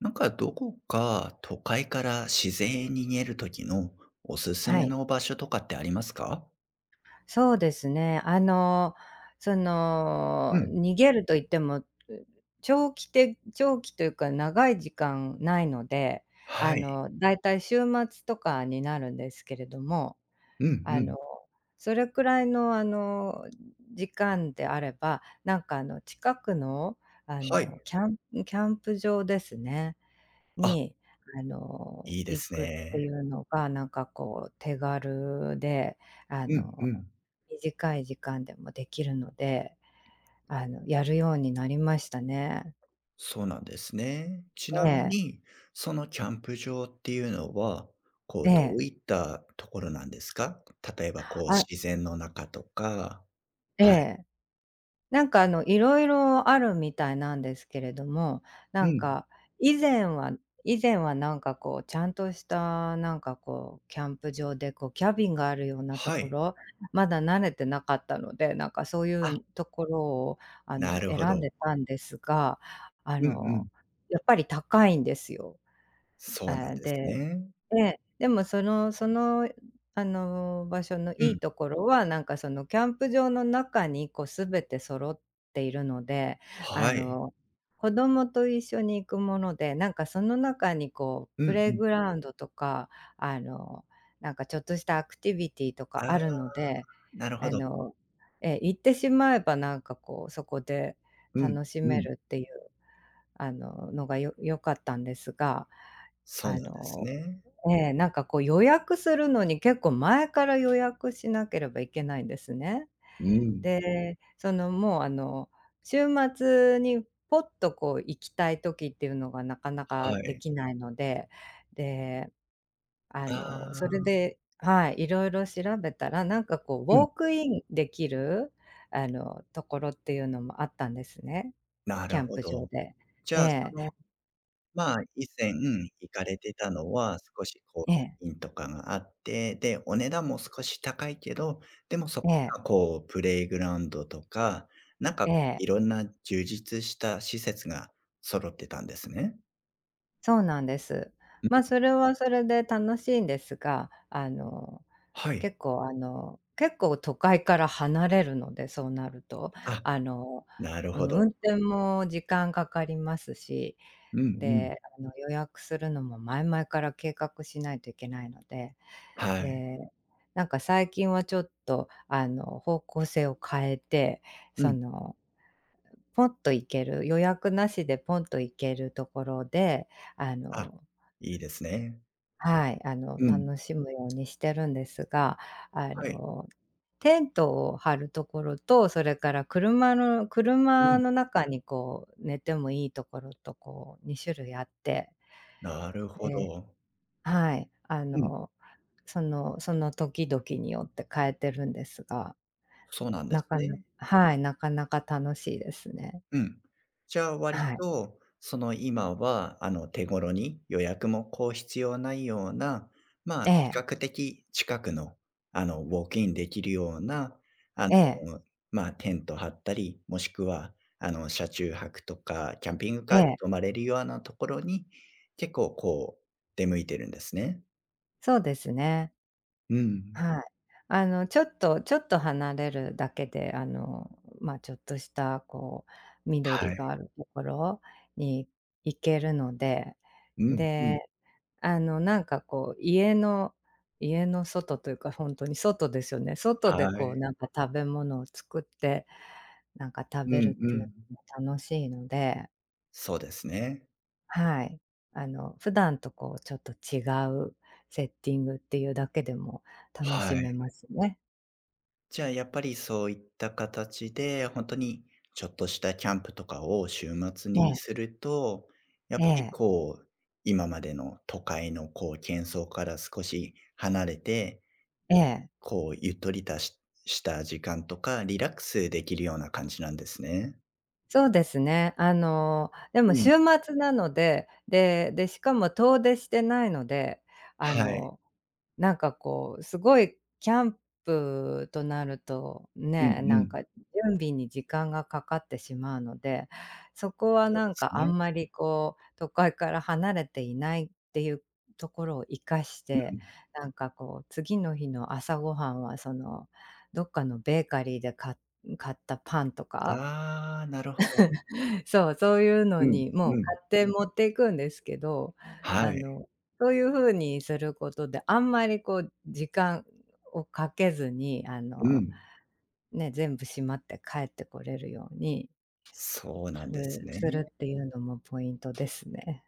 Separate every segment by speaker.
Speaker 1: なんかどこか都会から自然に逃げる時のおすす
Speaker 2: は
Speaker 1: め
Speaker 2: い、
Speaker 1: の場所とかってありますか？
Speaker 2: そうですね。
Speaker 1: うん。
Speaker 2: 逃げると言っても、長期というか長い時間ないので、
Speaker 1: はい。
Speaker 2: だいたい週末とかになるんですけれども、
Speaker 1: うん
Speaker 2: あ
Speaker 1: うん。
Speaker 2: の、それくらいの、時間であれば、近くの、あ
Speaker 1: はい。
Speaker 2: の、キャンキャンプ場ですね。
Speaker 1: あ、
Speaker 2: に、
Speaker 1: いいで
Speaker 2: 行
Speaker 1: す
Speaker 2: くって
Speaker 1: ね。
Speaker 2: いうのが、なんかこう手軽で、あ
Speaker 1: うんう
Speaker 2: の、
Speaker 1: ん。
Speaker 2: 短い時間でもできるので、やるようになりましたね。
Speaker 1: そうなんですね。ちな
Speaker 2: え
Speaker 1: み
Speaker 2: え、
Speaker 1: に、そのキャンプ場っていうのは、こ
Speaker 2: え
Speaker 1: うどう
Speaker 2: え、
Speaker 1: いったところなんですか？例えばこう
Speaker 2: あ
Speaker 1: 自然の中とか
Speaker 2: え
Speaker 1: はい。
Speaker 2: え。いろいろあるみたいなんですけれども、な
Speaker 1: う
Speaker 2: ん
Speaker 1: ん。
Speaker 2: か、以前は以前はなんかこう、ちゃんとしたなんかこう、キャンプ場でこう、キャビンがあるようなと
Speaker 1: は
Speaker 2: こ
Speaker 1: い。
Speaker 2: ろ、まだ慣れてなかったので、なんかそうい
Speaker 1: あ、
Speaker 2: うところを
Speaker 1: なるほ
Speaker 2: 選
Speaker 1: ど。
Speaker 2: んでたんですが、あ
Speaker 1: うんうん。
Speaker 2: の、やっぱり高いんですよ。
Speaker 1: そ
Speaker 2: え
Speaker 1: うなん
Speaker 2: え、
Speaker 1: ですね。
Speaker 2: でも、場所の
Speaker 1: う
Speaker 2: い
Speaker 1: ん。
Speaker 2: いところは、なんかそのキャンプ場の中にこう全て揃っているので、あ
Speaker 1: はい。
Speaker 2: の、子供と一緒に行くもので、なんかその中にこ
Speaker 1: う
Speaker 2: うプ
Speaker 1: ん
Speaker 2: レ
Speaker 1: う
Speaker 2: イ
Speaker 1: ん。
Speaker 2: グラウンドとか、あの、なんかちょっとしたアクティビティとか
Speaker 1: ああ、
Speaker 2: あるので、
Speaker 1: なるほ
Speaker 2: あ
Speaker 1: ど。
Speaker 2: の、ええ、行ってしまえばなんかこうそこで
Speaker 1: うん、
Speaker 2: 楽し
Speaker 1: う
Speaker 2: め
Speaker 1: ん。
Speaker 2: るっていう、のが良かったんですが、
Speaker 1: そう
Speaker 2: あ
Speaker 1: なんです
Speaker 2: の
Speaker 1: ね。
Speaker 2: ええ、なんかこう予約するのに結構前から予約しなければいけないんですね。
Speaker 1: うん。
Speaker 2: で、そのもうあの、週末にポッとこう行きたい時っていうのがなかなか
Speaker 1: は
Speaker 2: で
Speaker 1: い。
Speaker 2: きないので、で、
Speaker 1: あ
Speaker 2: それ
Speaker 1: あ、
Speaker 2: で、はい、いろいろ調べたら、なんかこうウ
Speaker 1: うん、
Speaker 2: ォークインできる、ところっていうのもあったんですね、
Speaker 1: な
Speaker 2: キ
Speaker 1: る
Speaker 2: ャン
Speaker 1: ほ
Speaker 2: プ場
Speaker 1: ど。
Speaker 2: で。
Speaker 1: じ
Speaker 2: え
Speaker 1: ゃあ、そ
Speaker 2: え、
Speaker 1: の、まあ、以前行かれてたのは、少しこ
Speaker 2: ええ、
Speaker 1: う、品とかがあって、で、お値段も少し高いけど、でもそこ
Speaker 2: ええ、
Speaker 1: にはこう、プレイグラウンドとか、なんか
Speaker 2: ええ、え
Speaker 1: い
Speaker 2: え。
Speaker 1: ろんな充実した施設が揃ってたんですね。
Speaker 2: そうなんです。
Speaker 1: う
Speaker 2: まあ、
Speaker 1: ん。
Speaker 2: それはそれで楽しいんですが、
Speaker 1: はい。
Speaker 2: 結構都会から離れるので、そうなると。
Speaker 1: あ、
Speaker 2: あの、
Speaker 1: なる
Speaker 2: う
Speaker 1: ほ
Speaker 2: ん、
Speaker 1: ど。
Speaker 2: 運転も時間かかりますし、
Speaker 1: うんうん。
Speaker 2: で、予約するのも前々から計画しないといけないので、
Speaker 1: はい。
Speaker 2: で、なんか最近はちょっと方向性を変えて、
Speaker 1: う
Speaker 2: そ
Speaker 1: ん。
Speaker 2: の、ポンと行ける、予約なしでポンと行けるところで、あ
Speaker 1: あ、
Speaker 2: の
Speaker 1: いいですね。
Speaker 2: はい、
Speaker 1: うん。
Speaker 2: 楽しむようにしてるんですが、あ
Speaker 1: はい。
Speaker 2: の、テントを張るところと、それから車の
Speaker 1: う
Speaker 2: 車
Speaker 1: ん、
Speaker 2: の中にこう寝てもいいところとこう2種類あって、
Speaker 1: なるほ
Speaker 2: で、
Speaker 1: ど。
Speaker 2: はい、
Speaker 1: うん、
Speaker 2: その時々によって変えてるんですが、
Speaker 1: そうなんで
Speaker 2: な
Speaker 1: す
Speaker 2: かな
Speaker 1: ね。
Speaker 2: はい、なかなか楽しいですね。
Speaker 1: うん。じゃあ割
Speaker 2: はい。
Speaker 1: と、その今は、あの手頃に予約もこう必要ないような、まあ、
Speaker 2: え
Speaker 1: 比
Speaker 2: え、
Speaker 1: 較的近くの、あの、ウォークインできるような、あの、
Speaker 2: ええ、
Speaker 1: まあ、テント張ったり、もしくは、あの、車中泊とか、キャンピングカ
Speaker 2: え
Speaker 1: ーで
Speaker 2: え、
Speaker 1: 泊まれるようなところに、結構こう、出向いてるんですね。
Speaker 2: そうですね。
Speaker 1: うん。
Speaker 2: はい。ちょっとちょっと離れるだけで、まあ、ちょっとしたこう、
Speaker 1: は
Speaker 2: 緑
Speaker 1: い。
Speaker 2: があるところに行けるので、
Speaker 1: うんうん。
Speaker 2: で、なんかこう、家の外というか、本当に外ですよね。外
Speaker 1: は
Speaker 2: でこう、
Speaker 1: い。
Speaker 2: なんか食べ物を作って、なんか食
Speaker 1: う
Speaker 2: べる
Speaker 1: ん
Speaker 2: っ
Speaker 1: う
Speaker 2: ていう
Speaker 1: ん。
Speaker 2: のも楽しいので、
Speaker 1: そうですね。
Speaker 2: はい。普段とこう、ちょっと違うセッティングっていうだけでも楽し
Speaker 1: はい。
Speaker 2: めますね。
Speaker 1: じゃあやっぱりそういった形で、本当にちょっとしたキャンプとかを週末に
Speaker 2: ね。
Speaker 1: すると、やっ
Speaker 2: え
Speaker 1: ぱり
Speaker 2: え、
Speaker 1: こう、今までの都会のこう喧騒から少し離れて、
Speaker 2: ええ。
Speaker 1: こうゆっとりたしした時間とか、リラックスできるような感じなんですね。
Speaker 2: そうですね。でも
Speaker 1: うん。
Speaker 2: 週末なので、しかも遠出してないので、あ
Speaker 1: はい。
Speaker 2: の、なんかこう、すごいキャンプとなると、
Speaker 1: うんう
Speaker 2: ね、なん
Speaker 1: ん。
Speaker 2: か準備に時間がかかってしまうので、そこは
Speaker 1: そう
Speaker 2: な
Speaker 1: で
Speaker 2: ん
Speaker 1: す
Speaker 2: かあ
Speaker 1: ね。
Speaker 2: んまりこう、都会から離れていないっていうところを生かし
Speaker 1: う
Speaker 2: て、
Speaker 1: ん。
Speaker 2: なんかこう、次の日の朝ごはんはその、どっかのベーカリーで買ったパンとか。
Speaker 1: ああ、なるほど。
Speaker 2: そう、そういうの
Speaker 1: うん、
Speaker 2: に、も
Speaker 1: う
Speaker 2: う
Speaker 1: ん。
Speaker 2: 買って持っていくんですけど、
Speaker 1: は
Speaker 2: あ
Speaker 1: い。
Speaker 2: の、そういう風にすることで、あんまりこう時間をかけずに、
Speaker 1: うん。
Speaker 2: ね、全部しまって帰ってこれるように
Speaker 1: そうなん
Speaker 2: す
Speaker 1: です
Speaker 2: る
Speaker 1: ね。
Speaker 2: するっていうのもポイントですね。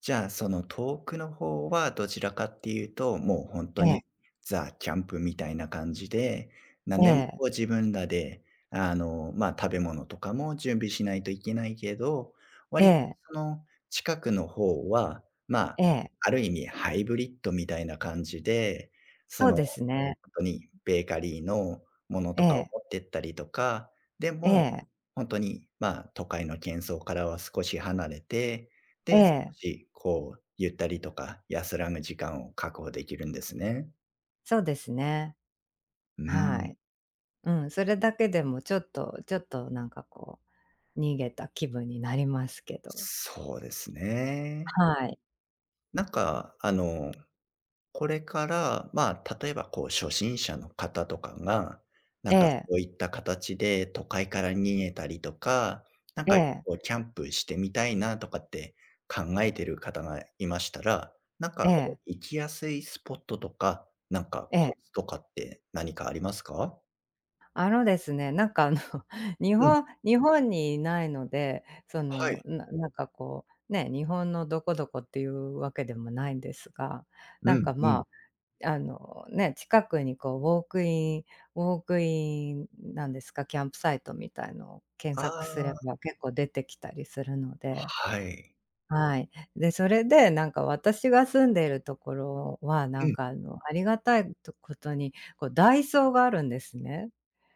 Speaker 1: じゃあ、その遠くの方はどちらかっていうと、もう本当
Speaker 2: え
Speaker 1: に
Speaker 2: え、
Speaker 1: ザ・キャンプみたいな感じで、何
Speaker 2: え
Speaker 1: でも
Speaker 2: え、
Speaker 1: こう自分らで、あの、ま、食べ物とかも準備しないといけないけど、
Speaker 2: え
Speaker 1: 割と
Speaker 2: え、
Speaker 1: その近くの方は、ま
Speaker 2: え
Speaker 1: あ、
Speaker 2: え、
Speaker 1: ある意味ハイブリッドみたいな感じで、そ
Speaker 2: そう
Speaker 1: の
Speaker 2: ですね。
Speaker 1: ほんとにベーカリーのもの
Speaker 2: え
Speaker 1: とかを
Speaker 2: え、
Speaker 1: 持ってったりとか、で
Speaker 2: え
Speaker 1: も、
Speaker 2: え、
Speaker 1: ほんとに、まあ、都会の喧騒からは少し離れて、
Speaker 2: え
Speaker 1: で、少
Speaker 2: え、
Speaker 1: しこう、ゆったりとか安らぐ時間を確保できるんですね。
Speaker 2: そうですね。
Speaker 1: う
Speaker 2: は
Speaker 1: ーん、
Speaker 2: い。うん、それだけでもちょっとちょっとなんかこう、逃げた気分になりますけど。
Speaker 1: そうですね。
Speaker 2: はい。
Speaker 1: なんか、あの、これから、まあ、例えばこう初心者の方とかが、な
Speaker 2: え
Speaker 1: んか
Speaker 2: え、
Speaker 1: そういった形で都会から逃げたりとか、なん
Speaker 2: え
Speaker 1: か
Speaker 2: え、
Speaker 1: こうキャンプしてみたいなとかって考えてる方がいましたら、なん
Speaker 2: え
Speaker 1: かこう
Speaker 2: え、
Speaker 1: 行きやすいスポットとか、なんか
Speaker 2: え
Speaker 1: コ
Speaker 2: え。
Speaker 1: ツとかって何かありますか？
Speaker 2: ですね、日
Speaker 1: うん、
Speaker 2: 本日本にいないので、
Speaker 1: はい。
Speaker 2: なんかこう、ね、日本のどこどこっていうわけでもないんですが、
Speaker 1: う
Speaker 2: なん
Speaker 1: ん
Speaker 2: か
Speaker 1: うん。
Speaker 2: まあ、ね、近くにこうウォークインなんですか、キャンプサイトみたいのを検
Speaker 1: あ
Speaker 2: 索す
Speaker 1: あ、
Speaker 2: れば結構出てきたりするので、
Speaker 1: はい。
Speaker 2: はい。で、それでなんか私が住んでいるところは、
Speaker 1: うん。
Speaker 2: ありがたいとことに、こうダイソーがあるんですね。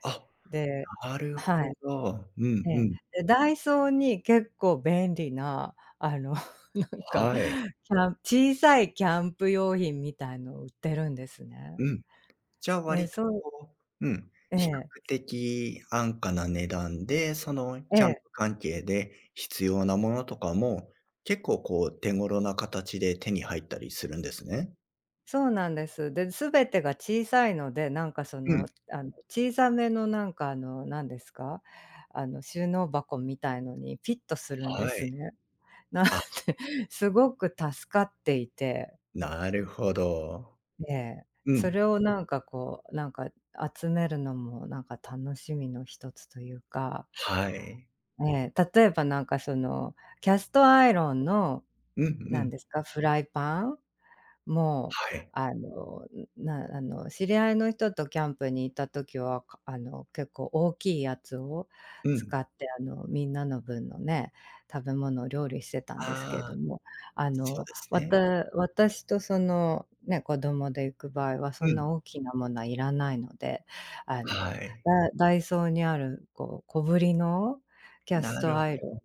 Speaker 1: あ、
Speaker 2: で、
Speaker 1: なる
Speaker 2: は
Speaker 1: ほ
Speaker 2: い、
Speaker 1: ど。うん
Speaker 2: え
Speaker 1: う
Speaker 2: え。
Speaker 1: ん。
Speaker 2: で、ダイソーに結構便利な、なんか、
Speaker 1: はい。
Speaker 2: キャン小さいキャンプ用品みたいの売ってるんですね。
Speaker 1: うん。じゃあ、
Speaker 2: で、
Speaker 1: 割とこううん、
Speaker 2: え
Speaker 1: 比較
Speaker 2: え、
Speaker 1: 的安価な値段で、その
Speaker 2: え
Speaker 1: キャンプ
Speaker 2: え。
Speaker 1: 関係で必要なものとかも、結構こう手頃な形で手に入ったりするんですね。
Speaker 2: そうなんです。で、全てが小さいので、
Speaker 1: うん、
Speaker 2: 小さめのなんかあの、なんですか、あの、収納箱みたいのにフィットするんで
Speaker 1: は
Speaker 2: す
Speaker 1: い。
Speaker 2: ね。なん
Speaker 1: あ、
Speaker 2: で、すごく助かっていて、
Speaker 1: なるほど。
Speaker 2: ええ。
Speaker 1: う
Speaker 2: そ
Speaker 1: ん、
Speaker 2: れをなんかこう、集めるのもなんか楽しみの一つというか、
Speaker 1: はい。
Speaker 2: ええ、例えばなんかその、キャストアイロンの、
Speaker 1: うんう
Speaker 2: な
Speaker 1: ん、
Speaker 2: んですか、フライパン。もう、
Speaker 1: はい。
Speaker 2: あの、なあの、知り合いの人とキャンプに行った時は、かあの、結構大きいやつを
Speaker 1: うん。
Speaker 2: 使って、みんなの分のね、食べ物を料理してたんですけれ
Speaker 1: ああ、
Speaker 2: ども、あ
Speaker 1: そう
Speaker 2: の、
Speaker 1: です
Speaker 2: わ
Speaker 1: ね。
Speaker 2: た私とその、ね、子供で行く場合はそ
Speaker 1: う
Speaker 2: んな
Speaker 1: ん、
Speaker 2: 大きなものはいらないので、あ
Speaker 1: は
Speaker 2: の、
Speaker 1: い。
Speaker 2: ダイソーにある、こう、小ぶりのキャス
Speaker 1: な
Speaker 2: ト
Speaker 1: る
Speaker 2: アイ
Speaker 1: ほ
Speaker 2: ロ
Speaker 1: ど。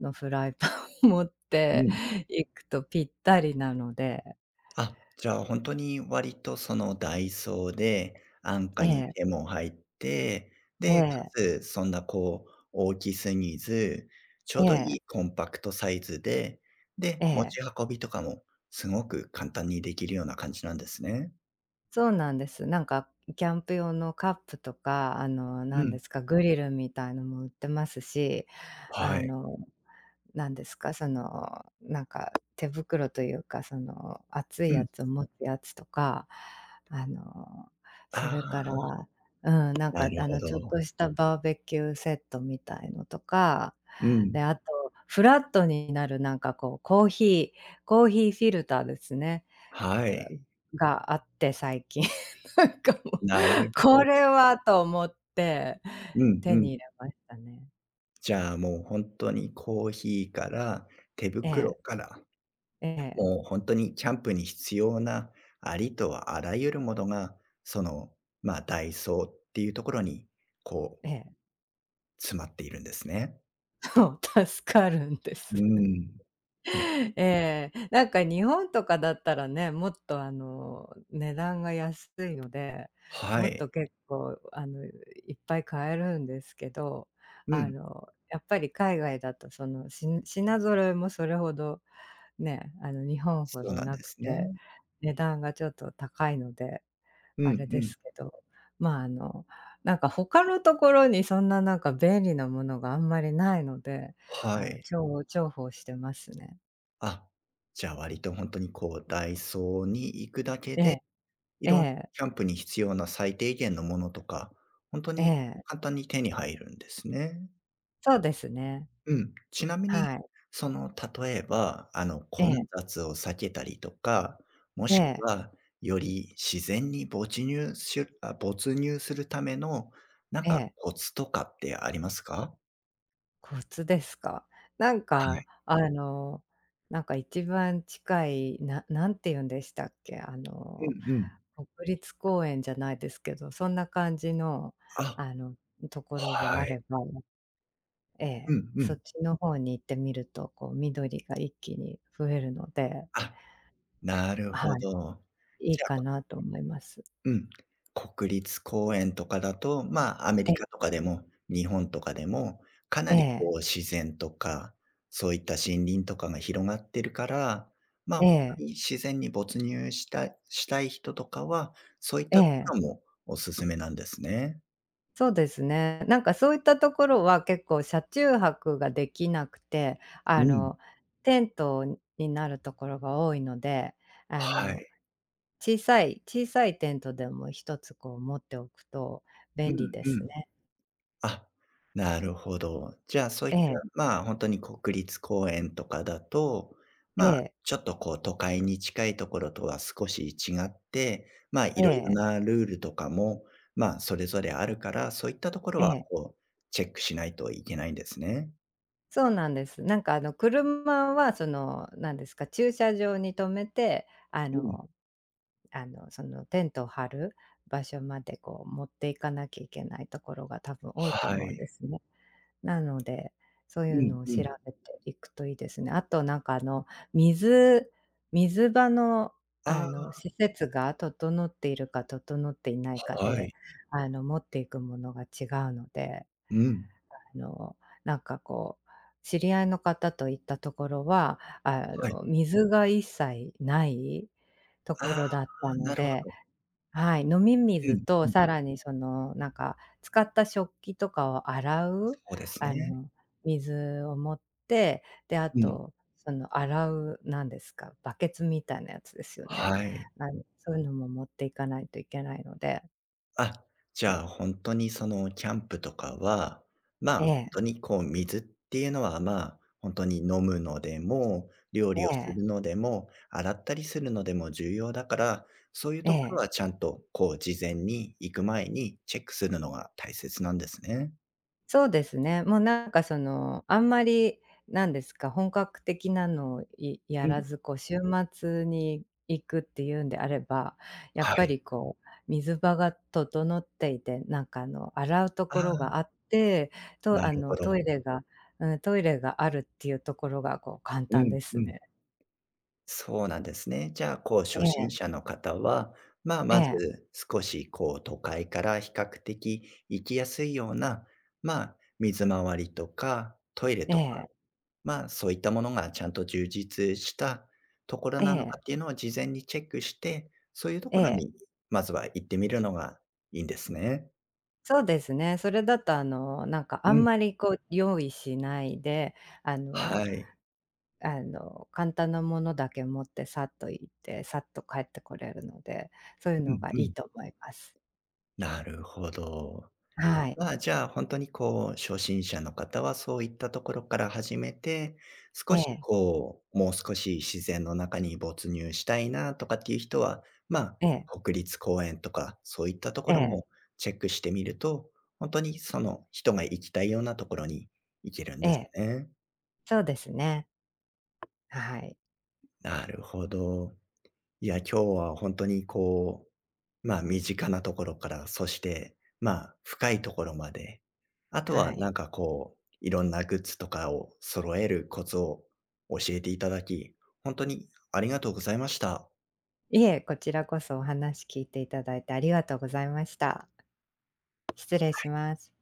Speaker 2: ンのフライパンを持っ
Speaker 1: う
Speaker 2: て
Speaker 1: ん。
Speaker 2: 行くとぴったりなので。
Speaker 1: あ、じゃあ本当に割とそのダイソーで安
Speaker 2: え
Speaker 1: 価に
Speaker 2: え、
Speaker 1: 手も入って、
Speaker 2: え
Speaker 1: で、か
Speaker 2: え、
Speaker 1: つそんなこう大きすぎず、ちょう
Speaker 2: え
Speaker 1: どいい
Speaker 2: え、
Speaker 1: コンパクトサイズで、で、
Speaker 2: え
Speaker 1: 持
Speaker 2: え。
Speaker 1: ち運びとかもすごく簡単にできるような感じなんですね。
Speaker 2: そうなんです。なんか、キャンプ用のカップとか、
Speaker 1: う
Speaker 2: なん
Speaker 1: ん、
Speaker 2: ですか、グリルみたいのも売ってますし、
Speaker 1: は
Speaker 2: あ
Speaker 1: い。
Speaker 2: の、なんですか、その、なんか、手袋というか、その、熱い
Speaker 1: う
Speaker 2: や
Speaker 1: ん。
Speaker 2: つを持つやつとか、あの、そ
Speaker 1: あ
Speaker 2: れから、
Speaker 1: あ、なるほ
Speaker 2: ちょっ
Speaker 1: ど。
Speaker 2: としたバーベキューセットみたいのとか、
Speaker 1: う
Speaker 2: で、
Speaker 1: ん。
Speaker 2: あとフラットになる、なんか、こう、コーヒーフィルターですね、
Speaker 1: はい。
Speaker 2: があって最近。なんかもう、
Speaker 1: なるほ
Speaker 2: こ
Speaker 1: ど
Speaker 2: れはと思って
Speaker 1: うんう
Speaker 2: 手
Speaker 1: ん。
Speaker 2: に入れましたね。
Speaker 1: じゃあもう本当にコーヒーから手
Speaker 2: え
Speaker 1: 袋
Speaker 2: え、
Speaker 1: から
Speaker 2: ええ、
Speaker 1: もう本当にキャンプに必要なありとはあらゆるものが、その、まあ、ダイソーっていうところに、こう、
Speaker 2: ええ。
Speaker 1: 詰まっているんですね。
Speaker 2: そう、助かるんで
Speaker 1: う
Speaker 2: す。
Speaker 1: ん。うん。
Speaker 2: ええ、なんか日本とかだったらね、もっと、値段が安いので、
Speaker 1: は
Speaker 2: もっ
Speaker 1: い。
Speaker 2: と結構あの、いっぱい買えるんですけど、
Speaker 1: うん。
Speaker 2: やっぱり海外だとその、品揃えもそれほどね、日本ほ
Speaker 1: そう
Speaker 2: ど
Speaker 1: なん
Speaker 2: な
Speaker 1: で
Speaker 2: く
Speaker 1: す
Speaker 2: て、
Speaker 1: ね。
Speaker 2: 値段がちょっと高いので、
Speaker 1: う
Speaker 2: あ
Speaker 1: ん
Speaker 2: れ
Speaker 1: う
Speaker 2: で
Speaker 1: ん。
Speaker 2: すけど、まあ、なんか他のところにそんななんか便利なものがあんまりないので、
Speaker 1: はい。
Speaker 2: 重宝してますね。
Speaker 1: あ、じゃあ割と本当にこうダイソーに行くだけ
Speaker 2: え
Speaker 1: で、
Speaker 2: え、
Speaker 1: い
Speaker 2: え
Speaker 1: ろんな
Speaker 2: え、
Speaker 1: キャンプに必要な最低限のものとか、本当
Speaker 2: え
Speaker 1: に
Speaker 2: え。
Speaker 1: 簡単に手に入るんですね。
Speaker 2: そうですね。
Speaker 1: うん。ちなみに、
Speaker 2: はい。
Speaker 1: その、例えば、あの、
Speaker 2: え
Speaker 1: 混
Speaker 2: え、
Speaker 1: 雑を避けたりとか、も
Speaker 2: え
Speaker 1: しく
Speaker 2: え、
Speaker 1: は、より自然に没入するための、なん
Speaker 2: え
Speaker 1: か
Speaker 2: え。
Speaker 1: コツとかってありますか？
Speaker 2: コツですか。なん
Speaker 1: は
Speaker 2: か、
Speaker 1: い。
Speaker 2: あの、なんか一番近い、なんて言うんでしたっけ、
Speaker 1: うんうん。
Speaker 2: 国立公園じゃないですけど、そんな感じの、
Speaker 1: あ、
Speaker 2: あの、ところが
Speaker 1: は
Speaker 2: あ
Speaker 1: い。
Speaker 2: れば、え
Speaker 1: う
Speaker 2: え、
Speaker 1: んう
Speaker 2: そ
Speaker 1: ん。
Speaker 2: っちの方に行ってみると、こう緑が一気に増えるので、
Speaker 1: あ、なるほ
Speaker 2: はい、
Speaker 1: ど。
Speaker 2: いい
Speaker 1: じゃ
Speaker 2: か
Speaker 1: あ
Speaker 2: なと思います。
Speaker 1: うん。国立公園とかだと、まあ、アメ
Speaker 2: ええ、
Speaker 1: リカとかでも、日本とかでも、かな
Speaker 2: え
Speaker 1: りこ
Speaker 2: え、
Speaker 1: う自然とか、そういった森林とかが広がってるから、まあ、
Speaker 2: え
Speaker 1: 本当
Speaker 2: え、
Speaker 1: に自然に没入したしたい人とかは、そういっ
Speaker 2: え
Speaker 1: たところ
Speaker 2: え。
Speaker 1: もおすすめなんですね。
Speaker 2: そうですね。なんかそういったところは結構車中泊ができなくて、
Speaker 1: うん。
Speaker 2: テントになるところが多いので、あ
Speaker 1: は
Speaker 2: の、
Speaker 1: い。
Speaker 2: 小さい小さいテントでも一つこう持っておくと
Speaker 1: う
Speaker 2: 便利
Speaker 1: ん
Speaker 2: で
Speaker 1: う
Speaker 2: す
Speaker 1: ん。
Speaker 2: ね。
Speaker 1: あ、なるほど。じゃあ、そういっ
Speaker 2: え
Speaker 1: た、
Speaker 2: え、
Speaker 1: まあ、本当に国立公園とかだと、
Speaker 2: え
Speaker 1: まあ、
Speaker 2: え、
Speaker 1: ちょっとこう都会に近いところとは少し違って、まあ、い
Speaker 2: え
Speaker 1: ろいろ
Speaker 2: え、
Speaker 1: なルールとかも、まあ、それぞれあるから、そういったところ
Speaker 2: え
Speaker 1: は
Speaker 2: え。
Speaker 1: こうチェックしないといけないんですね。
Speaker 2: そうなんです。車はその、なんですか、駐車場に止めて、
Speaker 1: うん。
Speaker 2: そのテントを張る場所までこう持っていかなきゃいけないところが多分多いと
Speaker 1: は
Speaker 2: 思う
Speaker 1: い。
Speaker 2: んですね。なので、そうい
Speaker 1: う
Speaker 2: う
Speaker 1: ん
Speaker 2: のを
Speaker 1: う
Speaker 2: 調
Speaker 1: ん。
Speaker 2: べていくといいですね。あと水水場の
Speaker 1: あ
Speaker 2: 施設が整っているか整っていないか
Speaker 1: あ、は
Speaker 2: で、
Speaker 1: い。
Speaker 2: 持っていくものが違うので、
Speaker 1: うん。
Speaker 2: あの、なんかこう、知り合いの方と行ったところは、
Speaker 1: はい。
Speaker 2: 水が一切ないと
Speaker 1: あ
Speaker 2: ころだっ
Speaker 1: あ、
Speaker 2: たの
Speaker 1: なるほ
Speaker 2: で、
Speaker 1: ど。
Speaker 2: はい、飲み
Speaker 1: う
Speaker 2: 水
Speaker 1: ん
Speaker 2: と
Speaker 1: うん。
Speaker 2: さらにその、なんか、使った食器とかを洗
Speaker 1: そ
Speaker 2: う、
Speaker 1: うです
Speaker 2: あ
Speaker 1: ね。
Speaker 2: の、水を持って、で、あ
Speaker 1: うん。
Speaker 2: と、その洗う、なんですか、バケツみたいなやつですよね。
Speaker 1: はい。
Speaker 2: そういうのも持っていかないといけないので。
Speaker 1: あ、じゃあ、本当にそのキャンプとかは、まあ、
Speaker 2: え
Speaker 1: 本
Speaker 2: え、
Speaker 1: 当にこう水っていうのは、まあ、本当に飲むのでも、料
Speaker 2: え
Speaker 1: 理をす
Speaker 2: え、
Speaker 1: るのでも、洗ったりするのでも重要だから、そういう
Speaker 2: え
Speaker 1: ところ
Speaker 2: え。
Speaker 1: はちゃんとこう事前に行く前にチェックするのが大切なんですね。
Speaker 2: そうですね。もうなんかその、あんまり、なんですか、本格的なのをいや
Speaker 1: うん、
Speaker 2: らず、こう週末に行くっていうんであれば、やっ
Speaker 1: は
Speaker 2: ぱ
Speaker 1: い。
Speaker 2: りこう、水場が整っていて、洗うと
Speaker 1: あ
Speaker 2: ころ
Speaker 1: あ、
Speaker 2: があって、
Speaker 1: な
Speaker 2: とあ
Speaker 1: るほ
Speaker 2: の、ト
Speaker 1: ど。
Speaker 2: イレがうん、トイレがあるっていうところがこう簡
Speaker 1: う
Speaker 2: 単
Speaker 1: ん、
Speaker 2: です
Speaker 1: うん。
Speaker 2: ね。
Speaker 1: そうなんですね。じゃあ、こう、
Speaker 2: え
Speaker 1: 初心
Speaker 2: え、
Speaker 1: 者の方は、まあ、
Speaker 2: え
Speaker 1: ま
Speaker 2: え、
Speaker 1: ず少し、こう、都会から比較的行きやすいような、まあ、水回りとかトイレ
Speaker 2: え
Speaker 1: とか、
Speaker 2: え、
Speaker 1: まあ、そういったものがちゃんと充実したところ
Speaker 2: え
Speaker 1: なのかっ
Speaker 2: え、
Speaker 1: ていうのを事前にチェックして、そういうと
Speaker 2: え
Speaker 1: ころ
Speaker 2: え。
Speaker 1: にまずは行ってみるのがいいんですね。
Speaker 2: そうですね。それだとなんかあ
Speaker 1: う
Speaker 2: ん
Speaker 1: ん。
Speaker 2: まりこう用意しないで、あの
Speaker 1: はい。
Speaker 2: 簡単なものだけ持ってさっと行って、さっと帰ってこれるので、そういう
Speaker 1: う
Speaker 2: の
Speaker 1: ん
Speaker 2: が
Speaker 1: う
Speaker 2: いい
Speaker 1: ん。
Speaker 2: と思います。
Speaker 1: なるほど。
Speaker 2: は
Speaker 1: ま
Speaker 2: い。
Speaker 1: あ、じゃあ、本当にこう、初心者の方はそういったところから始めて、
Speaker 2: え
Speaker 1: 少し
Speaker 2: え、
Speaker 1: こう、もう少し自然の中に没入したいなとかっていう人は、ま
Speaker 2: ええ、
Speaker 1: あ、国立公園とか、そういったと
Speaker 2: え
Speaker 1: ころ
Speaker 2: え、
Speaker 1: もチェックしてみると、本当にその人が行きたいようなところに行けるん
Speaker 2: え
Speaker 1: です
Speaker 2: え、
Speaker 1: ね。
Speaker 2: そうですね。はい、
Speaker 1: なるほど。いや、今日は本当にこう、まあ、身近なところから、そして、まあ、深いところまで、あとは
Speaker 2: は
Speaker 1: な
Speaker 2: い。
Speaker 1: んかこう、いろんなグッズとかを揃えるコツを教えていただき、本当にありがとうございました。
Speaker 2: いえ、こちらこそお話聞いていただいてありがとうございました。失礼します。